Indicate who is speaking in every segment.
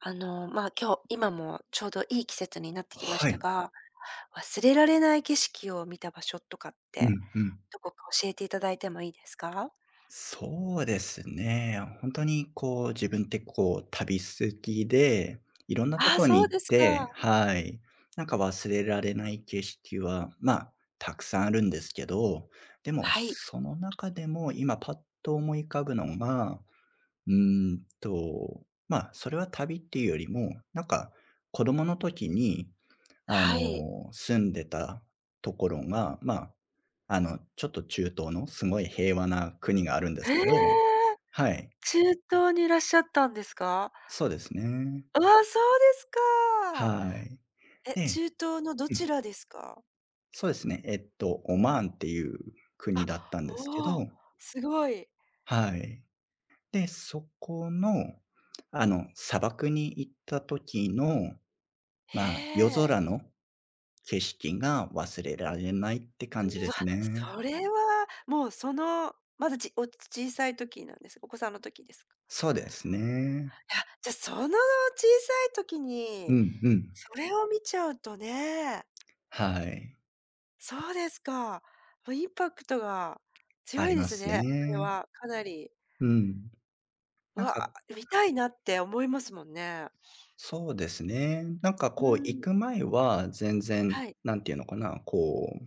Speaker 1: 今日今もちょうどいい季節になってきまし
Speaker 2: はい。
Speaker 1: たが、忘れられない景色を見た場所とかっ
Speaker 2: う
Speaker 1: て、
Speaker 2: んうん。
Speaker 1: どこか教えていただいてもいいですか？
Speaker 2: そうですね。本当にこう、自分ってこう、旅好きで、いろんなと
Speaker 1: ああ、
Speaker 2: ころ
Speaker 1: そ
Speaker 2: に
Speaker 1: う
Speaker 2: 行っ
Speaker 1: ですか。
Speaker 2: て。はい。なんか忘れられない景色は、まあ、たくさんあるんですけど、でも、
Speaker 1: はい、
Speaker 2: その中でも今パッと思い浮かぶのがまあ、それは旅っていうよりも、なんか、子供の時に、あ
Speaker 1: はい。
Speaker 2: の、住んでたところが、まあ、あの、ちょっと中東のすごい平和な国があるんで
Speaker 1: へ
Speaker 2: すけど。
Speaker 1: え、
Speaker 2: はい、
Speaker 1: 中東にいらっしゃったんですか？
Speaker 2: そうですね。
Speaker 1: ああ、そうですか。
Speaker 2: はい。
Speaker 1: え、
Speaker 2: で、
Speaker 1: 中東のど
Speaker 2: うん、
Speaker 1: ちらですか？
Speaker 2: そうですね。オマーンっていう国
Speaker 1: あ、
Speaker 2: だったんですけど。
Speaker 1: おお、すごい。
Speaker 2: はい。で、そこの、あの、砂漠に行った時の、
Speaker 1: へ
Speaker 2: まあ、夜
Speaker 1: え。
Speaker 2: 空の景色が忘れられないって感じ
Speaker 1: う
Speaker 2: で
Speaker 1: わ、
Speaker 2: すね。
Speaker 1: それはもうその、まだ小さい時なんですお子さんの時ですか？
Speaker 2: そうですね。
Speaker 1: いや、じゃ、その小さい時
Speaker 2: う
Speaker 1: に、
Speaker 2: んうん。
Speaker 1: それを見ちゃうとね、
Speaker 2: はい。
Speaker 1: そうですか。もうインパクトが
Speaker 2: あ
Speaker 1: 強
Speaker 2: り
Speaker 1: いで
Speaker 2: ま
Speaker 1: す
Speaker 2: す
Speaker 1: ね、それ
Speaker 2: ね。
Speaker 1: はかなり。
Speaker 2: うん。なん
Speaker 1: わ、
Speaker 2: か、
Speaker 1: 見たいなって思いますもんね。
Speaker 2: そうですね。なんか
Speaker 1: うー
Speaker 2: こう行
Speaker 1: ん、
Speaker 2: く前は全然、
Speaker 1: はい、
Speaker 2: なんていうのかな、こう、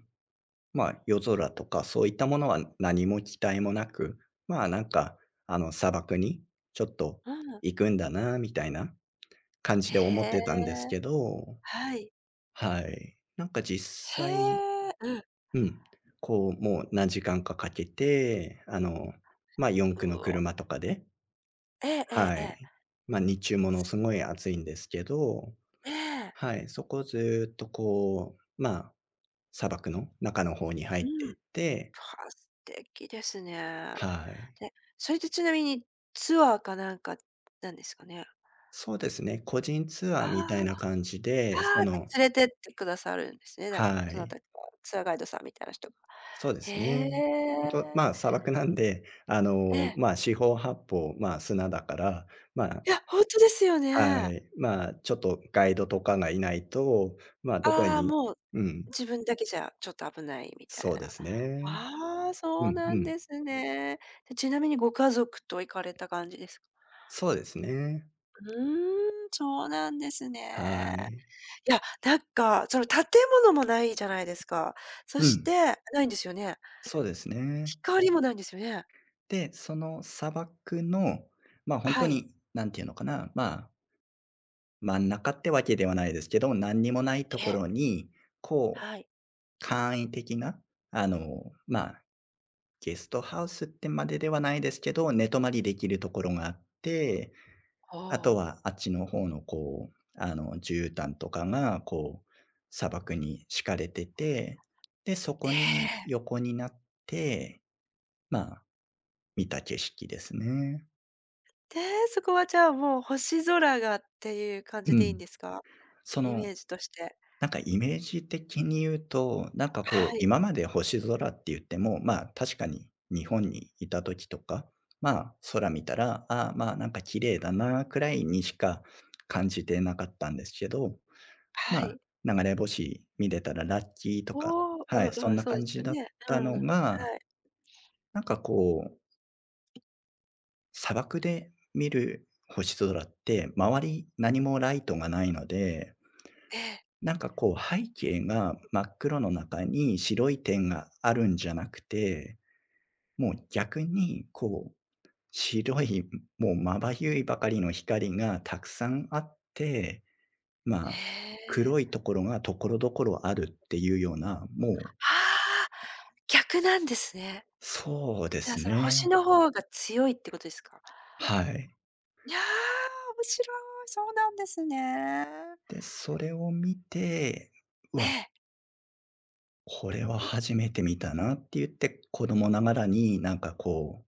Speaker 2: まあ、夜空とかそういったものは何も期待もなく、まあ、なんか、あの、砂漠にちょっと
Speaker 1: うん。
Speaker 2: 行くんだなみたいな感じ
Speaker 1: へ
Speaker 2: で思っ
Speaker 1: え、
Speaker 2: てたんですけど、
Speaker 1: はい。
Speaker 2: はい。なんか実
Speaker 1: へ
Speaker 2: 際、
Speaker 1: え、うん。
Speaker 2: うん。こう、もう何時間かかけて、あの、四
Speaker 1: う
Speaker 2: 駆の
Speaker 1: お、
Speaker 2: 車とかで、
Speaker 1: ええええ
Speaker 2: は
Speaker 1: ええ。
Speaker 2: い。まあ、日中ものすごい暑いんですけど、
Speaker 1: ええ、
Speaker 2: はい、そこをずっとこう、砂漠の中の方に入っ
Speaker 1: う
Speaker 2: て
Speaker 1: ん。
Speaker 2: い
Speaker 1: は
Speaker 2: って。
Speaker 1: あ、素敵ですね。
Speaker 2: はい。
Speaker 1: で、それってちなみにツアーかなんかなんですかね？
Speaker 2: そうですね、個人ツア
Speaker 1: あ
Speaker 2: ーみたいな感じで、
Speaker 1: あ、あ
Speaker 2: そ
Speaker 1: あ、で、
Speaker 2: の、
Speaker 1: 連れてってくださるんですね、だ
Speaker 2: は
Speaker 1: どな
Speaker 2: い、
Speaker 1: たか、ツアーガイドさんみたいな人が。
Speaker 2: そうで
Speaker 1: へ
Speaker 2: すね。本当、
Speaker 1: え。
Speaker 2: 砂漠なんで、あ
Speaker 1: え
Speaker 2: の、
Speaker 1: え。
Speaker 2: 四方八方、砂だから、ま、あ
Speaker 1: いや、ほんとですよ
Speaker 2: は
Speaker 1: ね。
Speaker 2: い。まあ、ちょっとガイドとかがいないと、まあ、どこ
Speaker 1: ああ、
Speaker 2: に、
Speaker 1: もう
Speaker 2: うん、
Speaker 1: 自分だけじゃちょっと危ないみたい
Speaker 2: そうで
Speaker 1: な。
Speaker 2: すね。
Speaker 1: ああ、
Speaker 2: う
Speaker 1: そう
Speaker 2: ん
Speaker 1: な
Speaker 2: う
Speaker 1: ん
Speaker 2: ん。
Speaker 1: ですね。で、ちなみにご家族と行かれた感じですか？
Speaker 2: そうですね。
Speaker 1: うーん、そうなんです
Speaker 2: は
Speaker 1: ね。
Speaker 2: い。
Speaker 1: いや、なんか、その建物もないじゃないですか。そ
Speaker 2: う
Speaker 1: し
Speaker 2: ん、
Speaker 1: てないんですよね。
Speaker 2: そうですね。
Speaker 1: 光もないんですよね。
Speaker 2: で、その砂漠の、まあ、ほん
Speaker 1: は
Speaker 2: と
Speaker 1: い。
Speaker 2: に、なんていうのかな、まあ、真ん中ってわけではないですけど、なんにもないと
Speaker 1: え
Speaker 2: こ
Speaker 1: え、
Speaker 2: ろに、こう、
Speaker 1: はい。
Speaker 2: 簡易的な、あの、まあ、ゲストハウスってまでではないですけど、寝泊まりできるところがあって、
Speaker 1: お
Speaker 2: あと
Speaker 1: お。
Speaker 2: はあっちの方のこう、あの、絨毯とかがこう、砂漠に敷かれてて、で、そ
Speaker 1: え
Speaker 2: こに
Speaker 1: え。
Speaker 2: 横になって、まあ、見た景色ですね。
Speaker 1: で、そこはじゃあ、もう星空がっていう感
Speaker 2: う
Speaker 1: じでいい
Speaker 2: ん。
Speaker 1: んですか？
Speaker 2: そ
Speaker 1: イ
Speaker 2: の、
Speaker 1: メージとして。
Speaker 2: なんかイメージ的に言うと、なんかこう、
Speaker 1: はい、
Speaker 2: 今まで星空って言っても、まあ、確かに日本にいた時とか、まあ、空見たら、ああ、まあ、なんか綺麗だなくらいにしか感じてなかったんですけど、ま
Speaker 1: は
Speaker 2: あ、
Speaker 1: い。
Speaker 2: 流れ星見れたらラッキーと
Speaker 1: お
Speaker 2: か、
Speaker 1: お、う
Speaker 2: は
Speaker 1: ん
Speaker 2: い、そ
Speaker 1: う
Speaker 2: ん
Speaker 1: ん、
Speaker 2: な
Speaker 1: そうで
Speaker 2: 感
Speaker 1: す
Speaker 2: じ
Speaker 1: よ
Speaker 2: だっ
Speaker 1: ね。う
Speaker 2: た
Speaker 1: んうん。
Speaker 2: の
Speaker 1: は
Speaker 2: が、
Speaker 1: い。
Speaker 2: なんかこう、砂漠で見る星空って、周り何もライトがないので、
Speaker 1: ええ。
Speaker 2: なんかこう背景が真っ黒の中に白い点があるんじゃなくて、もう逆にこう、白い、もうまばゆいばかりの光がたくさんあって、まあ、
Speaker 1: へ
Speaker 2: 黒い
Speaker 1: え。
Speaker 2: ところが所々あるっていうような、もう、
Speaker 1: はあ、逆なんですね。
Speaker 2: そうで
Speaker 1: じゃあ、
Speaker 2: す
Speaker 1: その星
Speaker 2: ね。
Speaker 1: の方が強いってことですか？
Speaker 2: はい。
Speaker 1: いやー、面白い、そうなんですね。
Speaker 2: で、それを見て、う
Speaker 1: え
Speaker 2: わ、
Speaker 1: え。
Speaker 2: これは初めて見たなって言って、子供ながらになんかこう、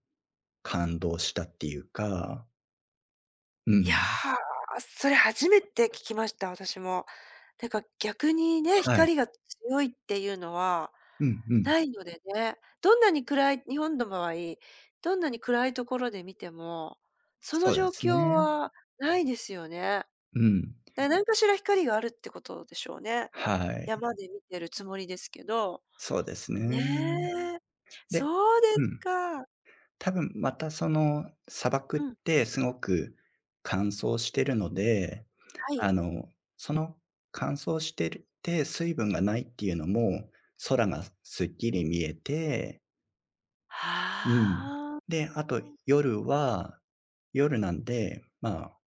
Speaker 2: 感動したっていうか、う
Speaker 1: いや
Speaker 2: ん。
Speaker 1: ー、それ初めて聞きました、私も。てか逆にね、
Speaker 2: はい。
Speaker 1: 光が強いっていうのは
Speaker 2: うんうん。
Speaker 1: ないのでね、どんなに暗い日本の場合、どんなに暗いところで見ても、その
Speaker 2: そうで
Speaker 1: 状
Speaker 2: すね。
Speaker 1: 況はないですよね。
Speaker 2: うん。
Speaker 1: で、何かしら光があるってことでしょうね。
Speaker 2: はい。
Speaker 1: 山で見てるつもりですけど。
Speaker 2: そうです
Speaker 1: ね
Speaker 2: ね。
Speaker 1: え、
Speaker 2: で、
Speaker 1: そうです
Speaker 2: うん。
Speaker 1: か。
Speaker 2: 多分またその砂漠っ
Speaker 1: うん、
Speaker 2: てすごく乾燥してるので、
Speaker 1: はい。
Speaker 2: あの、その乾燥してるて水分がないっていうのも、空がすっきり見えて、うん。
Speaker 1: はあ。
Speaker 2: で、あと夜は、夜なんで、まあ、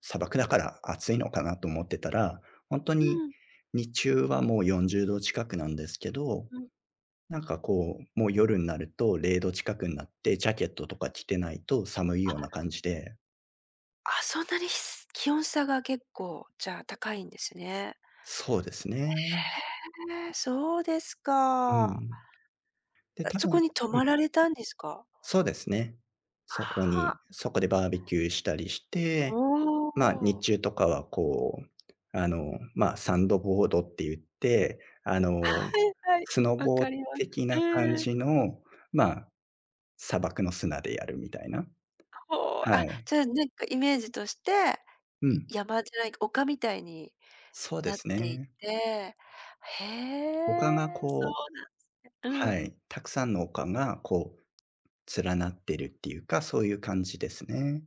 Speaker 2: 砂漠だから暑いのかなと思ってたら、ほんと
Speaker 1: う
Speaker 2: に
Speaker 1: ん、
Speaker 2: 日中はもう40度近くなんですけど、
Speaker 1: うん。
Speaker 2: なんかこう、もう夜になると0度近くになって、ジャケットとか着てないと寒い
Speaker 1: あ、
Speaker 2: ような感じで、
Speaker 1: あ、そんなに気温差が結構、じゃあ高いんですね。
Speaker 2: そうですね。
Speaker 1: へえ、そうです
Speaker 2: う
Speaker 1: か。
Speaker 2: ん。で、
Speaker 1: え、
Speaker 2: 多
Speaker 1: そこ
Speaker 2: 分、
Speaker 1: に泊
Speaker 2: うん、
Speaker 1: まられたんですか？
Speaker 2: そうですね。そこ
Speaker 1: は
Speaker 2: に、
Speaker 1: あ、
Speaker 2: そこでバーベキューしたりして、
Speaker 1: お
Speaker 2: まあ、日
Speaker 1: お。
Speaker 2: 中とかはこう、あの、まあ、サンドボードって言って、あ の、
Speaker 1: はいはい、
Speaker 2: スノ
Speaker 1: わ
Speaker 2: ボ
Speaker 1: かりま
Speaker 2: 的
Speaker 1: す。
Speaker 2: な感
Speaker 1: うん。
Speaker 2: じの、まあ、砂漠の砂でやるみたいな。
Speaker 1: ほう、
Speaker 2: は
Speaker 1: あ、
Speaker 2: い。
Speaker 1: じゃあなんかイメージとして、
Speaker 2: う
Speaker 1: い
Speaker 2: ん。
Speaker 1: 山じゃない丘みたいに
Speaker 2: そうで
Speaker 1: なっ
Speaker 2: す
Speaker 1: てい
Speaker 2: ね。
Speaker 1: て、へ
Speaker 2: 他
Speaker 1: え、
Speaker 2: が
Speaker 1: そ
Speaker 2: こう、
Speaker 1: うなんう
Speaker 2: は
Speaker 1: ん。
Speaker 2: い。たくさんの丘がこう連なってるっていうか、そういう感じですね。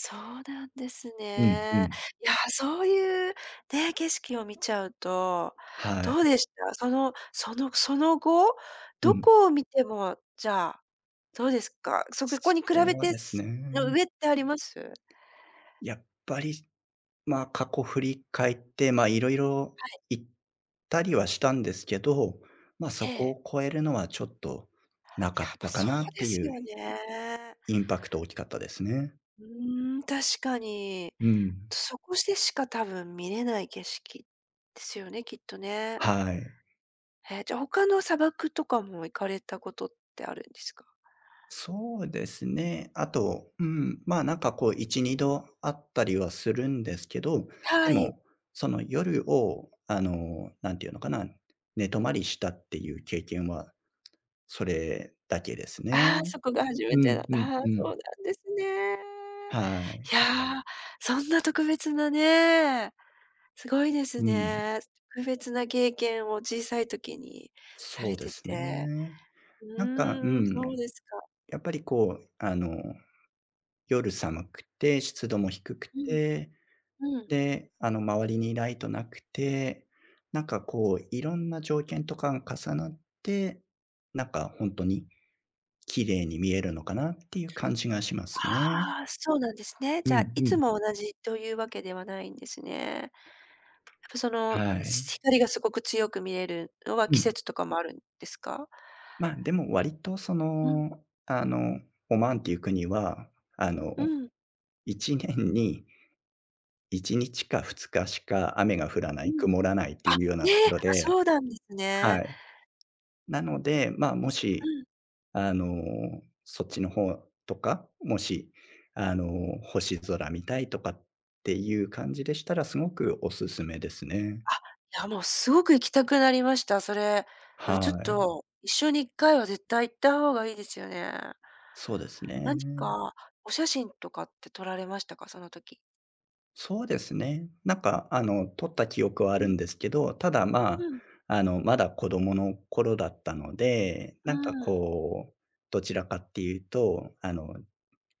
Speaker 1: そうなんです
Speaker 2: うんう
Speaker 1: ね。
Speaker 2: ん。
Speaker 1: いや、そういうね、景色を見ちゃうと、
Speaker 2: は
Speaker 1: ど
Speaker 2: い。
Speaker 1: うでした？そのそのその後、
Speaker 2: う
Speaker 1: ど
Speaker 2: ん。
Speaker 1: こを見ても、じゃあ、どうですか？そこに比べ
Speaker 2: そう
Speaker 1: て、
Speaker 2: です
Speaker 1: の
Speaker 2: ね。
Speaker 1: 上ってあります？
Speaker 2: やっぱり、まあ、過去振り返って、まあ、いろいろ行ったりはしたんですけど、そ
Speaker 1: え
Speaker 2: こを
Speaker 1: え。
Speaker 2: 超えるのはちょっとなか
Speaker 1: や
Speaker 2: っ
Speaker 1: っぱ
Speaker 2: たか
Speaker 1: そ
Speaker 2: なっ
Speaker 1: うで
Speaker 2: て
Speaker 1: す
Speaker 2: いう
Speaker 1: よね。
Speaker 2: インパクト大きかったですね。
Speaker 1: うーん、確かに。
Speaker 2: うん。
Speaker 1: そこしてしか多分見れない景色ですよね、きっとね。
Speaker 2: はい。
Speaker 1: ええ、じゃ、他の砂漠とかも行かれたことってあるんですか？
Speaker 2: そうですね。あと、うん、まあ、なんかこう1、2度あったりはするんですけど、で
Speaker 1: はい。
Speaker 2: も、その夜を、あの、なんていうのかな、寝泊まりしたっていう経験はそれだけですね。
Speaker 1: ああ、そこが初
Speaker 2: う
Speaker 1: めてだっ
Speaker 2: んう
Speaker 1: た。
Speaker 2: ん
Speaker 1: ああ、
Speaker 2: う
Speaker 1: そう
Speaker 2: ん。
Speaker 1: なんですね。
Speaker 2: はい。
Speaker 1: いや、そんな特別なね、すごいです
Speaker 2: うん。
Speaker 1: ね。特別な経験を小さい時にさ
Speaker 2: そう
Speaker 1: れ
Speaker 2: で
Speaker 1: て
Speaker 2: す
Speaker 1: て。
Speaker 2: ね。
Speaker 1: う
Speaker 2: なんか、う
Speaker 1: ーん、
Speaker 2: ん、
Speaker 1: そうですか。
Speaker 2: やっぱりこう、あの、夜寒くて、湿度も低く
Speaker 1: うん、
Speaker 2: て、
Speaker 1: うん。
Speaker 2: で、あの、周りにライトなくて、なんかこう、いろんな条件とかが重なって、なんか本当に綺麗に見えるのかなっていう感じがしますね。
Speaker 1: ああ、そうなんですね。
Speaker 2: う
Speaker 1: じゃあ、
Speaker 2: ん
Speaker 1: い
Speaker 2: う
Speaker 1: つ
Speaker 2: ん。
Speaker 1: も同じというわけではないんですね。やっぱその、
Speaker 2: はい。
Speaker 1: 光がすごく強く見えるのは
Speaker 2: う
Speaker 1: 季
Speaker 2: ん。
Speaker 1: 節とかもあるんですか？
Speaker 2: まあ、でも割とそ
Speaker 1: うん、
Speaker 2: の、あの、オマーンっていう国は、あの、
Speaker 1: うん、
Speaker 2: 1年に1日か2日しか雨が降らな
Speaker 1: う
Speaker 2: い、
Speaker 1: ん。
Speaker 2: 曇らないってい
Speaker 1: あ、
Speaker 2: うような
Speaker 1: え
Speaker 2: とこ
Speaker 1: え、
Speaker 2: ろ
Speaker 1: あ、
Speaker 2: で、
Speaker 1: そうなんです
Speaker 2: は
Speaker 1: ね。
Speaker 2: い。なので、まあ、も
Speaker 1: う
Speaker 2: し
Speaker 1: ん。
Speaker 2: あの、そっちの方とか、もし、あの、星空見たいとかっていう感じでしたら、すごくおすすめですね。
Speaker 1: あ、いや、もうすごく行きたくなりました、それ。い
Speaker 2: は
Speaker 1: や、ちょっ
Speaker 2: い。
Speaker 1: と、一緒に一回は絶対行った方がいいですよね。
Speaker 2: そうですね。
Speaker 1: 何か、お写真とかって撮られましたか？その時。
Speaker 2: そうですね。なんか、あの、撮った記憶はあ
Speaker 1: う
Speaker 2: るん
Speaker 1: ん、
Speaker 2: ですけど、ただ、まあ、
Speaker 1: うん、
Speaker 2: あの、まだ子供の頃だったので、
Speaker 1: う
Speaker 2: なんか
Speaker 1: ん。
Speaker 2: こう、どちらかっていうと、あの、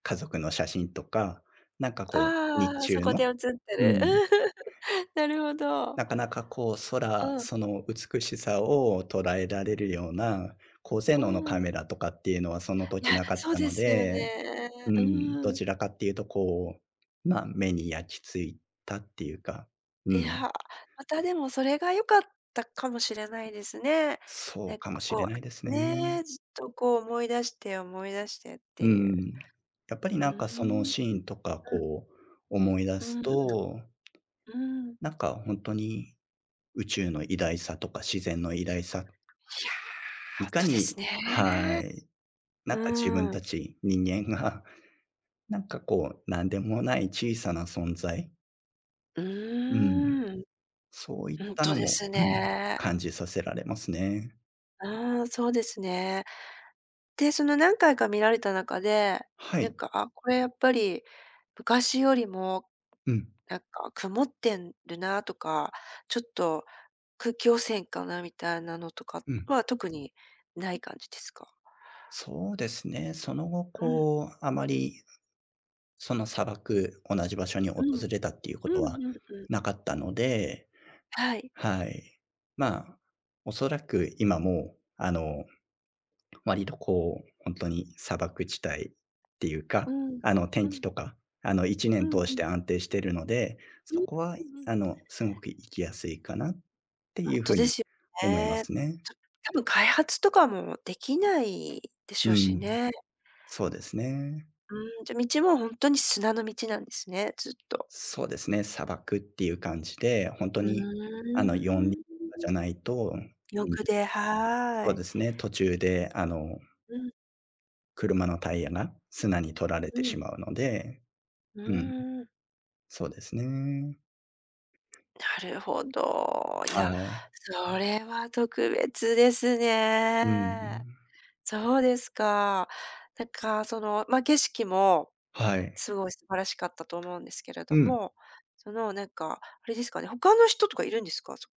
Speaker 2: 家族の写真とか、なんかこう、日
Speaker 1: ああ、そ
Speaker 2: 中
Speaker 1: こ
Speaker 2: の、
Speaker 1: で写って
Speaker 2: う
Speaker 1: る。
Speaker 2: ん。
Speaker 1: なるほど。
Speaker 2: なかなかこう
Speaker 1: う
Speaker 2: 空、
Speaker 1: ん、
Speaker 2: その美しさを捉えられるような、高性
Speaker 1: う
Speaker 2: 能のカ
Speaker 1: ん。
Speaker 2: メラとかっていうのはその
Speaker 1: い
Speaker 2: 時
Speaker 1: や、
Speaker 2: なかっ
Speaker 1: そう
Speaker 2: た
Speaker 1: で
Speaker 2: の
Speaker 1: すよ
Speaker 2: で、
Speaker 1: ね。
Speaker 2: うん、ど
Speaker 1: うん。
Speaker 2: ちらかっていうとこう、目に焼き付いたっていうか、う
Speaker 1: い
Speaker 2: ん、
Speaker 1: や、またでもそれが良かったかもしれないですね。
Speaker 2: そ
Speaker 1: な
Speaker 2: う
Speaker 1: んか
Speaker 2: かもしれ
Speaker 1: こ
Speaker 2: ないです
Speaker 1: う、
Speaker 2: ね。
Speaker 1: ね、ずっとこう思い出して思い出してっ
Speaker 2: う
Speaker 1: ていう。
Speaker 2: ん。やっぱり
Speaker 1: う
Speaker 2: なんかその
Speaker 1: ー
Speaker 2: シ
Speaker 1: ん。
Speaker 2: ーンとかこう思い出
Speaker 1: う
Speaker 2: す
Speaker 1: ん、うん
Speaker 2: と、
Speaker 1: うん、うん。いや、
Speaker 2: なんか本当に宇宙の偉大さとか自然の偉大さ、
Speaker 1: ほん
Speaker 2: いか
Speaker 1: とで
Speaker 2: に、
Speaker 1: す
Speaker 2: は
Speaker 1: ね。
Speaker 2: い。なんか自分
Speaker 1: うん。
Speaker 2: たち人間が、なんかこう、なんでもない小さな存在、
Speaker 1: う
Speaker 2: うん、
Speaker 1: ーん、
Speaker 2: そういっ
Speaker 1: ほん
Speaker 2: た
Speaker 1: と
Speaker 2: の
Speaker 1: で
Speaker 2: も、
Speaker 1: す
Speaker 2: うん、
Speaker 1: ね。
Speaker 2: 感じさせられますね。
Speaker 1: うん、そうですね。で、その何回か見られた中で、
Speaker 2: は
Speaker 1: な
Speaker 2: い。
Speaker 1: んか、あ、これやっぱり昔よりも
Speaker 2: うん、
Speaker 1: なんか曇ってるなとか、ちょっと空気汚染かなみたいなのとか
Speaker 2: うん。
Speaker 1: は特にない感じですか？
Speaker 2: そうですね。その後、
Speaker 1: うん、
Speaker 2: こう、あまりその砂漠、同じ場所に訪
Speaker 1: うん、
Speaker 2: れたっていうこと
Speaker 1: うん
Speaker 2: は
Speaker 1: うんうん。
Speaker 2: なかったので、
Speaker 1: はい。
Speaker 2: はい。まあ、おそらく今もう、あの、割とこう、本当に砂漠地帯っていう
Speaker 1: う
Speaker 2: か、
Speaker 1: ん。
Speaker 2: あの、天
Speaker 1: う
Speaker 2: 気
Speaker 1: ん。
Speaker 2: とか、あの、1
Speaker 1: う
Speaker 2: 年
Speaker 1: ん
Speaker 2: 通
Speaker 1: う
Speaker 2: し
Speaker 1: ん。
Speaker 2: て安定してるので、
Speaker 1: うん、
Speaker 2: そこは、
Speaker 1: うんうん。
Speaker 2: あの、すごく行きやすいかなって
Speaker 1: ほ
Speaker 2: い
Speaker 1: ん
Speaker 2: うふ
Speaker 1: と
Speaker 2: う
Speaker 1: で
Speaker 2: に
Speaker 1: すよ
Speaker 2: 思いま
Speaker 1: ね。
Speaker 2: すね。
Speaker 1: ちょ多分開発とかもできないでし
Speaker 2: う
Speaker 1: ょうし
Speaker 2: ん、
Speaker 1: ね。
Speaker 2: そうですね。
Speaker 1: うん、じゃ、道もほんとに砂の道なんですね、ずっと。
Speaker 2: そうですね、砂漠っていう感じで、本当
Speaker 1: う
Speaker 2: に、あの、4輪と
Speaker 1: ーん。
Speaker 2: かじゃないと、うん、
Speaker 1: よくで、は
Speaker 2: そう
Speaker 1: い。
Speaker 2: ですね、途中で、あの、
Speaker 1: うん、
Speaker 2: 車のタイヤが砂に取られ
Speaker 1: う
Speaker 2: てし
Speaker 1: ん。
Speaker 2: まうので、
Speaker 1: う
Speaker 2: うん、
Speaker 1: ーん。
Speaker 2: そうですね。
Speaker 1: なるほど。いや、
Speaker 2: はい。
Speaker 1: それは特別です
Speaker 2: う
Speaker 1: ね。
Speaker 2: ん。
Speaker 1: そうですか。なんかその、まあ、景色も
Speaker 2: はい。
Speaker 1: すごい素晴らしかったと思うんですけれ
Speaker 2: う
Speaker 1: ど
Speaker 2: ん。
Speaker 1: も、そのなんか、あれですかね、他の人とかいるんですか？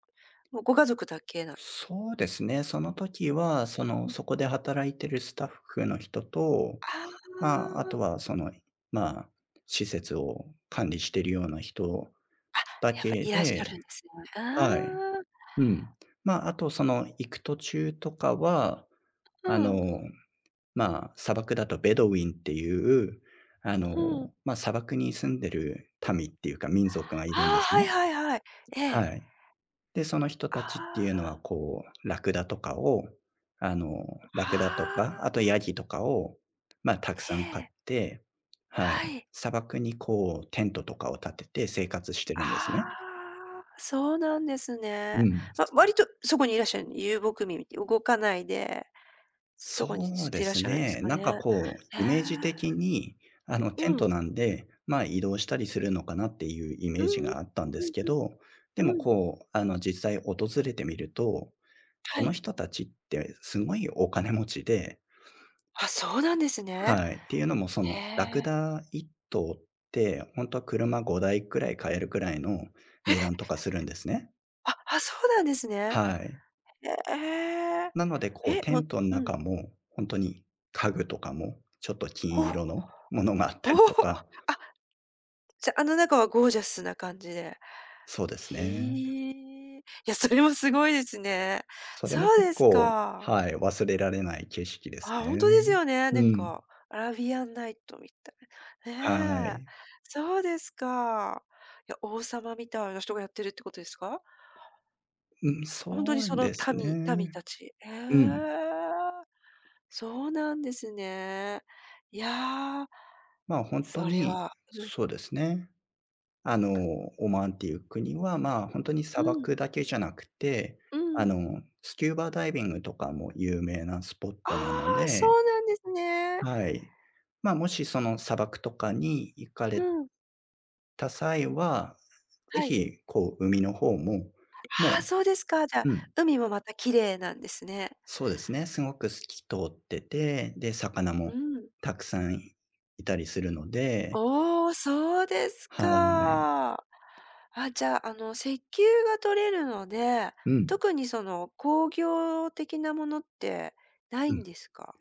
Speaker 1: もうご家族だけなんです
Speaker 2: そうですね。その時は、そ
Speaker 1: か？
Speaker 2: の、
Speaker 1: うん。
Speaker 2: そこで働いてるスタッフの人と、
Speaker 1: あ
Speaker 2: ま
Speaker 1: あ、
Speaker 2: あ、あとはその、まあ、施設を管理しているような人だ
Speaker 1: やっぱ
Speaker 2: け
Speaker 1: いらっしゃ
Speaker 2: で、
Speaker 1: るんですね。
Speaker 2: はい。
Speaker 1: ああ、
Speaker 2: うん。まあ、あとその行く途中とかは、あ
Speaker 1: うん、
Speaker 2: の、まあ、砂漠だとベドウィンっていう、あの、
Speaker 1: うん。
Speaker 2: まあ、砂漠に住んでる民っていうか民族がい
Speaker 1: あ
Speaker 2: るんで
Speaker 1: あ、
Speaker 2: す
Speaker 1: はい
Speaker 2: ね。
Speaker 1: はいはい。ええ。
Speaker 2: はい。で、その人
Speaker 1: あ
Speaker 2: たちっていうのは、
Speaker 1: あ、
Speaker 2: こう、ラクダとかを、あの、ラクダと
Speaker 1: あ
Speaker 2: か、あと
Speaker 1: あ、
Speaker 2: ヤギとかを、まあ、たく
Speaker 1: え
Speaker 2: さん飼っ
Speaker 1: え、
Speaker 2: て、は
Speaker 1: は
Speaker 2: い、
Speaker 1: い。
Speaker 2: 砂漠にこうテントとかを建てて生活してるんですね。
Speaker 1: ああ、そうなんです
Speaker 2: う
Speaker 1: ね。
Speaker 2: ん。
Speaker 1: 割とそこにいらっしゃる、遊牧民って動かないで、そ
Speaker 2: そ
Speaker 1: こにずっ
Speaker 2: う
Speaker 1: と
Speaker 2: で
Speaker 1: いらっ
Speaker 2: す
Speaker 1: しゃるんです
Speaker 2: ね。
Speaker 1: か
Speaker 2: なんか
Speaker 1: ね。
Speaker 2: こう、
Speaker 1: へえ。
Speaker 2: イメージ的に、あの、
Speaker 1: う
Speaker 2: テント
Speaker 1: ん。
Speaker 2: なんで、まあ、移動したりするのかなっていうイ
Speaker 1: う
Speaker 2: メージ
Speaker 1: んうん。
Speaker 2: があったんで
Speaker 1: う
Speaker 2: す
Speaker 1: ん
Speaker 2: けど、で
Speaker 1: うんう
Speaker 2: も
Speaker 1: ん。
Speaker 2: こう、あの、実際訪れてみると、そ
Speaker 1: は
Speaker 2: の
Speaker 1: い。
Speaker 2: 人たちってすごいお金持ちで、
Speaker 1: あ、そうなんですね。
Speaker 2: はい。っていうのも、そ
Speaker 1: へ
Speaker 2: の、ラク
Speaker 1: え。
Speaker 2: ダ1頭って、本当は車5台くらい買えるくらいの値段とかするんですね。
Speaker 1: あ、あ、そうなんですね。
Speaker 2: はい。
Speaker 1: へえ。
Speaker 2: なので、こう、
Speaker 1: え、
Speaker 2: テ
Speaker 1: もう
Speaker 2: ントの
Speaker 1: うん。
Speaker 2: 中も、本当に家具とかも、ちょっと金
Speaker 1: ほ
Speaker 2: 色のものがあっ
Speaker 1: お
Speaker 2: た
Speaker 1: お。
Speaker 2: りとか、
Speaker 1: あ、じゃ、あの中はゴージャスな感じで。
Speaker 2: そうです
Speaker 1: へ
Speaker 2: ね。
Speaker 1: え。いや、それもすごいですね。
Speaker 2: それ
Speaker 1: そ
Speaker 2: も
Speaker 1: う
Speaker 2: 結
Speaker 1: です
Speaker 2: 構、
Speaker 1: か。
Speaker 2: はい、忘れられない景色です
Speaker 1: あ、本当です
Speaker 2: ね。
Speaker 1: よね。な
Speaker 2: う
Speaker 1: ん
Speaker 2: ん。
Speaker 1: か、アラビアンナイトみたい
Speaker 2: は
Speaker 1: な。ねえ。
Speaker 2: い。
Speaker 1: そうですか。いや、王様みたいな人がやってるってことですか？
Speaker 2: うん、
Speaker 1: 本当に
Speaker 2: そ
Speaker 1: そ
Speaker 2: う
Speaker 1: の
Speaker 2: です
Speaker 1: 民
Speaker 2: ね。
Speaker 1: たち。え
Speaker 2: うん。
Speaker 1: え。そうなんですね。いやー、
Speaker 2: まあ、本当
Speaker 1: それ
Speaker 2: に、
Speaker 1: はうん、
Speaker 2: そうですね。あの、オマーンっていう国は、まあ、本当に
Speaker 1: う
Speaker 2: 砂
Speaker 1: ん、
Speaker 2: 漠だけじゃなくて、
Speaker 1: う
Speaker 2: あ
Speaker 1: ん。
Speaker 2: の、スキューバダイビングとかも有名なスポッ
Speaker 1: ああ、
Speaker 2: トなので、
Speaker 1: そうなんですね。
Speaker 2: はい。まあ、もしその砂漠とかに行か
Speaker 1: う
Speaker 2: れ
Speaker 1: ん、
Speaker 2: た際は、ぜ
Speaker 1: はい。
Speaker 2: ひ、こう、海の方も、
Speaker 1: あ
Speaker 2: も
Speaker 1: あ、そうですか。じゃあ、
Speaker 2: う、うん、
Speaker 1: 海もまた綺麗なんですね。
Speaker 2: そうですね、すごく透き通ってて、で、魚も
Speaker 1: うん。
Speaker 2: たくさんいたりするので、
Speaker 1: おお、そうです
Speaker 2: はい。
Speaker 1: か。あ、じゃあ、あの、石油が取れるので、
Speaker 2: うん。
Speaker 1: 特にその工業的なものってな
Speaker 2: う
Speaker 1: い
Speaker 2: ん。
Speaker 1: んですか？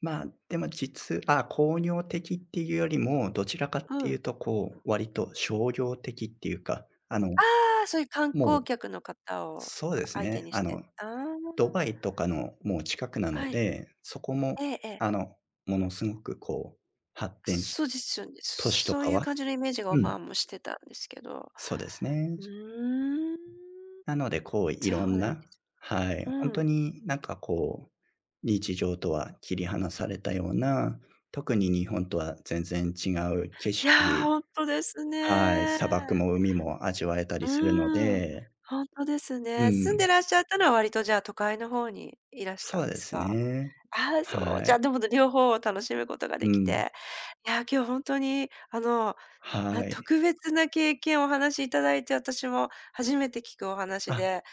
Speaker 2: まあ、でも実、あ、工業的っていうよりも、どちらかっ
Speaker 1: う
Speaker 2: てい
Speaker 1: ん。
Speaker 2: うとこう、割と商業的っていうか、あの、
Speaker 1: ああ、そういう観
Speaker 2: も
Speaker 1: 光
Speaker 2: う、
Speaker 1: 客の方を
Speaker 2: そうです
Speaker 1: 相手
Speaker 2: ね、
Speaker 1: にし
Speaker 2: あ
Speaker 1: て。
Speaker 2: の、
Speaker 1: ああ、
Speaker 2: ドバイとかのもう近くなの
Speaker 1: はい。
Speaker 2: で、そこも、
Speaker 1: ええええ。
Speaker 2: あの、ものすごくこう、発展し
Speaker 1: そうですよね。
Speaker 2: 都市
Speaker 1: そ
Speaker 2: と
Speaker 1: そう
Speaker 2: か
Speaker 1: いう
Speaker 2: は、
Speaker 1: 感じのイメージが、
Speaker 2: う
Speaker 1: ま
Speaker 2: ん、
Speaker 1: あ、もうしてたんですけど。
Speaker 2: そうですね。
Speaker 1: うーん、
Speaker 2: なので、こう、い
Speaker 1: そ
Speaker 2: ろ
Speaker 1: う
Speaker 2: ん
Speaker 1: なんで
Speaker 2: な、
Speaker 1: す。
Speaker 2: はい、
Speaker 1: う
Speaker 2: 本当
Speaker 1: ん。
Speaker 2: になんかこう、日常とは切り離されたような、特に日本とは全然違う景
Speaker 1: い
Speaker 2: 色、
Speaker 1: や、ほんとです
Speaker 2: はい、砂漠
Speaker 1: ね。
Speaker 2: も海も味わえたり
Speaker 1: う
Speaker 2: するの
Speaker 1: ーん、
Speaker 2: で、
Speaker 1: ほんとです
Speaker 2: う
Speaker 1: ね。住ん
Speaker 2: ん、
Speaker 1: でらっしゃったのは割とじゃあ都会の方にいらした
Speaker 2: そ
Speaker 1: ん
Speaker 2: う
Speaker 1: で
Speaker 2: で
Speaker 1: す
Speaker 2: す
Speaker 1: か？
Speaker 2: ね。
Speaker 1: ああ、そう、
Speaker 2: は
Speaker 1: じ
Speaker 2: い、
Speaker 1: ゃあ、でも両方を楽しむことが
Speaker 2: う
Speaker 1: でき
Speaker 2: ん、
Speaker 1: て、いや、今日ほんとにあの、
Speaker 2: はい。
Speaker 1: 特別な経験をお話しいただいて、私も初めて聞くお話
Speaker 2: あ、
Speaker 1: で、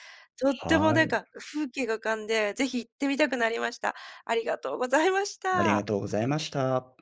Speaker 1: とっても
Speaker 2: は
Speaker 1: なん
Speaker 2: い、
Speaker 1: か風景が浮かんで、ぜひ行ってみたくなりました。ありがとうございまし
Speaker 2: ありが
Speaker 1: た。
Speaker 2: とうございました。